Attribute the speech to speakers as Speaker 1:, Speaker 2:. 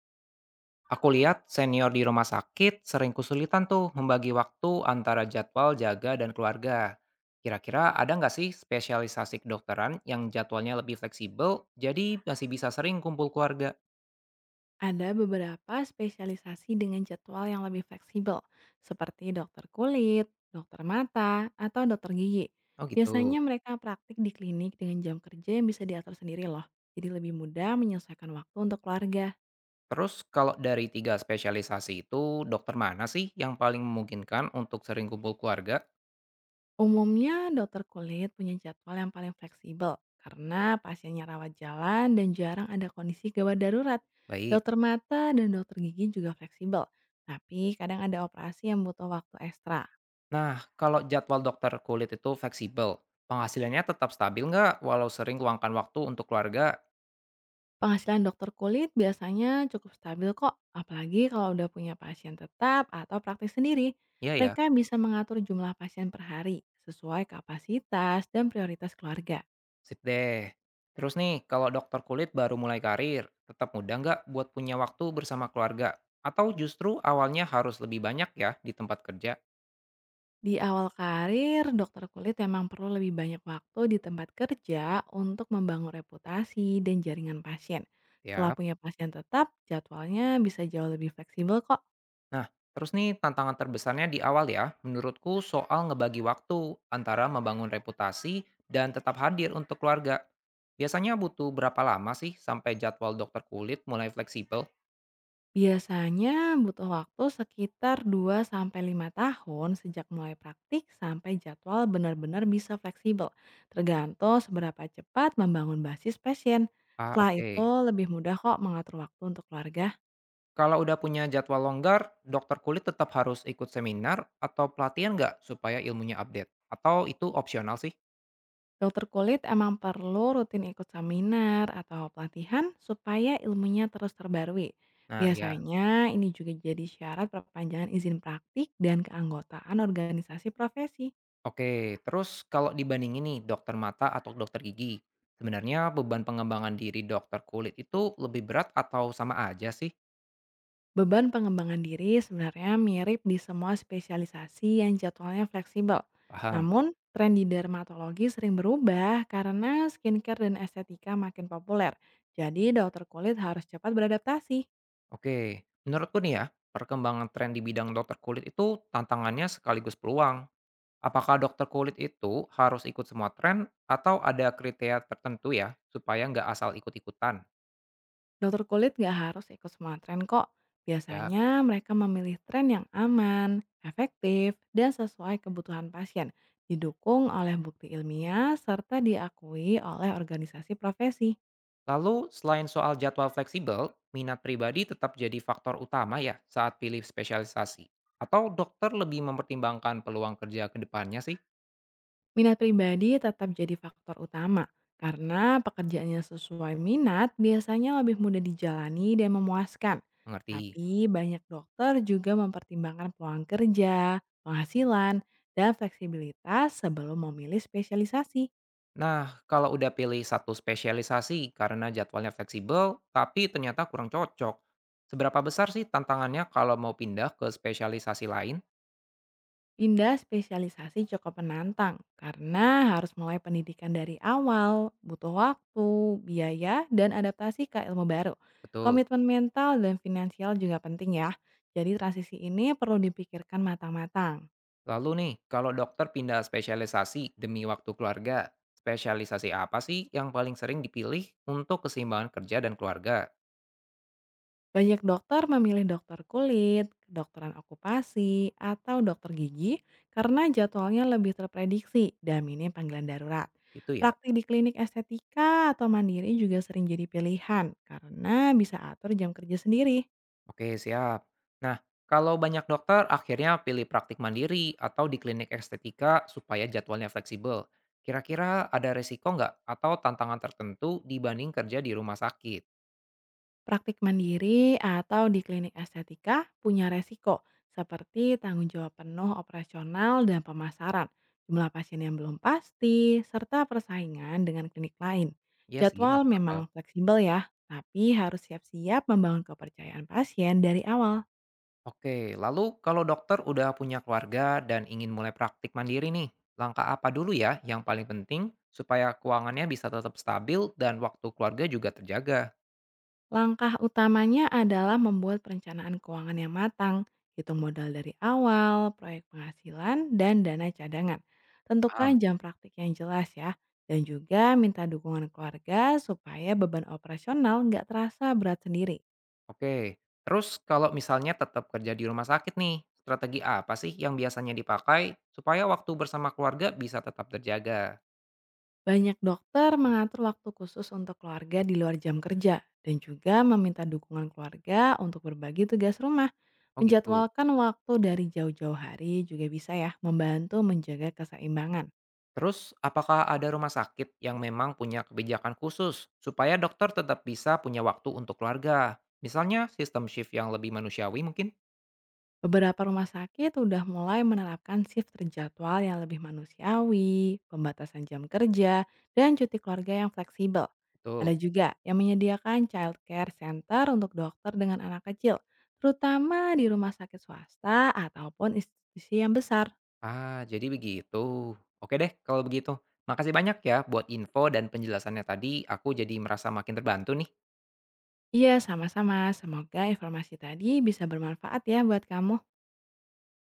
Speaker 1: Aku lihat senior di rumah sakit sering kesulitan tuh membagi waktu antara jadwal jaga dan keluarga. Kira-kira ada nggak sih spesialisasi kedokteran yang jadwalnya lebih fleksibel, jadi masih bisa sering kumpul keluarga?
Speaker 2: Ada beberapa spesialisasi dengan jadwal yang lebih fleksibel, seperti dokter kulit, dokter mata, atau dokter gigi.
Speaker 1: Oh
Speaker 2: Biasanya
Speaker 1: gitu.
Speaker 2: mereka praktik di klinik dengan jam kerja yang bisa diatur sendiri loh, jadi lebih mudah menyelesaikan waktu untuk keluarga.
Speaker 1: Terus kalau dari tiga spesialisasi itu, dokter mana sih yang paling memungkinkan untuk sering kumpul keluarga?
Speaker 2: Umumnya dokter kulit punya jadwal yang paling fleksibel, karena pasiennya rawat jalan dan jarang ada kondisi gawat darurat.
Speaker 1: Baik.
Speaker 2: Dokter mata dan dokter gigi juga fleksibel, tapi kadang ada operasi yang butuh waktu ekstra.
Speaker 1: Nah, kalau jadwal dokter kulit itu fleksibel, penghasilannya tetap stabil nggak walau sering luangkan waktu untuk keluarga?
Speaker 2: Penghasilan dokter kulit biasanya cukup stabil kok, apalagi kalau udah punya pasien tetap atau praktik sendiri.
Speaker 1: Iya ya.
Speaker 2: Mereka bisa mengatur jumlah pasien per hari sesuai kapasitas dan prioritas keluarga.
Speaker 1: Sip deh. Terus nih, kalau dokter kulit baru mulai karir, tetap mudah nggak buat punya waktu bersama keluarga? Atau justru awalnya harus lebih banyak ya di tempat kerja?
Speaker 2: Di awal karir, dokter kulit memang perlu lebih banyak waktu di tempat kerja untuk membangun reputasi dan jaringan pasien. Setelah
Speaker 1: Ya.
Speaker 2: punya pasien tetap, jadwalnya bisa jauh lebih fleksibel kok.
Speaker 1: Nah, terus nih tantangan terbesarnya di awal ya, menurutku soal ngebagi waktu antara membangun reputasi dan tetap hadir untuk keluarga. Biasanya butuh berapa lama sih sampai jadwal dokter kulit mulai fleksibel?
Speaker 2: Biasanya butuh waktu sekitar 2 sampai 5 tahun sejak mulai praktik sampai jadwal benar-benar bisa fleksibel, tergantung seberapa cepat membangun basis pasien.
Speaker 1: Ah,
Speaker 2: Setelah itu
Speaker 1: oke.
Speaker 2: lebih mudah kok mengatur waktu untuk keluarga.
Speaker 1: Kalau udah punya jadwal longgar, dokter kulit tetap harus ikut seminar atau pelatihan nggak supaya ilmunya update? Atau itu opsional sih?
Speaker 2: Dokter kulit emang perlu rutin ikut seminar atau pelatihan supaya ilmunya terus terbarui.
Speaker 1: Nah ya,
Speaker 2: Biasanya ini juga jadi syarat perpanjangan izin praktik dan keanggotaan organisasi profesi.
Speaker 1: oke. Terus kalau dibandingin nih dokter mata atau dokter gigi, sebenarnya beban pengembangan diri dokter kulit itu lebih berat atau sama aja sih?
Speaker 2: Beban pengembangan diri sebenarnya mirip di semua spesialisasi yang jadwalnya fleksibel.
Speaker 1: Paham.
Speaker 2: Namun, tren di dermatologi sering berubah karena skincare dan estetika makin populer. Jadi, dokter kulit harus cepat beradaptasi.
Speaker 1: Oke, menurutku nih ya, perkembangan tren di bidang dokter kulit itu tantangannya sekaligus peluang. Apakah dokter kulit itu harus ikut semua tren atau ada kriteria tertentu ya supaya nggak asal ikut-ikutan?
Speaker 2: Dokter kulit nggak harus ikut semua tren kok.
Speaker 1: Ya.
Speaker 2: Biasanya mereka memilih tren yang aman, efektif, dan sesuai kebutuhan pasien. Didukung oleh bukti ilmiah serta diakui oleh organisasi profesi.
Speaker 1: Lalu selain soal jadwal fleksibel, minat pribadi tetap jadi faktor utama ya saat pilih spesialisasi. Atau dokter lebih mempertimbangkan peluang kerja ke depannya sih?
Speaker 2: Minat pribadi tetap jadi faktor utama, karena pekerjaannya sesuai minat biasanya lebih mudah dijalani dan memuaskan.
Speaker 1: Mengerti.
Speaker 2: Tapi banyak dokter juga mempertimbangkan peluang kerja, penghasilan, dan fleksibilitas sebelum memilih spesialisasi.
Speaker 1: Nah, kalau udah pilih satu spesialisasi karena jadwalnya fleksibel, tapi ternyata kurang cocok, seberapa besar sih tantangannya kalau mau pindah ke spesialisasi lain?
Speaker 2: Pindah spesialisasi cukup menantang karena harus mulai pendidikan dari awal, butuh waktu, biaya, dan adaptasi ke ilmu baru.
Speaker 1: Betul.
Speaker 2: Komitmen mental dan finansial juga penting ya. Jadi transisi ini perlu dipikirkan matang-matang.
Speaker 1: Lalu nih, kalau dokter pindah spesialisasi demi waktu keluarga, spesialisasi apa sih yang paling sering dipilih untuk keseimbangan kerja dan keluarga?
Speaker 2: Banyak dokter memilih dokter kulit, kedokteran okupasi, atau dokter gigi karena jadwalnya lebih terprediksi dan minim panggilan darurat.
Speaker 1: Itu ya.
Speaker 2: Praktik di klinik estetika atau mandiri juga sering jadi pilihan karena bisa atur jam kerja sendiri.
Speaker 1: Oke, siap. Nah, kalau banyak dokter akhirnya pilih praktik mandiri atau di klinik estetika supaya jadwalnya fleksibel. Kira-kira ada resiko nggak atau tantangan tertentu dibanding kerja di rumah sakit?
Speaker 2: Praktik mandiri atau di klinik estetika punya resiko seperti tanggung jawab penuh operasional dan pemasaran, jumlah pasien yang belum pasti, serta persaingan dengan klinik lain.
Speaker 1: Ya sih,
Speaker 2: Jadwal
Speaker 1: masuk akal.
Speaker 2: memang fleksibel ya, tapi harus siap-siap membangun kepercayaan pasien dari awal.
Speaker 1: Oke, lalu kalau dokter udah punya keluarga dan ingin mulai praktik mandiri nih, langkah apa dulu ya yang paling penting supaya keuangannya bisa tetap stabil dan waktu keluarga juga terjaga?
Speaker 2: Langkah utamanya adalah membuat perencanaan keuangan yang matang, hitung modal dari awal, proyek penghasilan, dan dana cadangan. Tentukan
Speaker 1: Paham?
Speaker 2: jam praktik yang jelas ya, dan juga minta dukungan keluarga supaya beban operasional nggak terasa berat sendiri.
Speaker 1: Oke, terus kalau misalnya tetap kerja di rumah sakit nih, strategi apa sih yang biasanya dipakai supaya waktu bersama keluarga bisa tetap terjaga?
Speaker 2: Banyak dokter mengatur waktu khusus untuk keluarga di luar jam kerja, dan juga meminta dukungan keluarga untuk berbagi tugas rumah.
Speaker 1: Oh gitu.
Speaker 2: Menjadwalkan waktu dari jauh-jauh hari juga bisa ya membantu menjaga keseimbangan.
Speaker 1: Terus, apakah ada rumah sakit yang memang punya kebijakan khusus supaya dokter tetap bisa punya waktu untuk keluarga? Misalnya sistem shift yang lebih manusiawi mungkin?
Speaker 2: Beberapa rumah sakit udah mulai menerapkan shift terjadwal yang lebih manusiawi, pembatasan jam kerja, dan cuti keluarga yang fleksibel.
Speaker 1: Betul.
Speaker 2: Ada juga yang menyediakan childcare center untuk dokter dengan anak kecil, terutama di rumah sakit swasta ataupun institusi yang besar.
Speaker 1: Ah, jadi begitu. Oke deh kalau begitu. Makasih banyak ya buat info dan penjelasannya tadi. Aku jadi merasa makin terbantu nih.
Speaker 2: Iya, sama-sama. Semoga informasi tadi bisa bermanfaat ya buat kamu.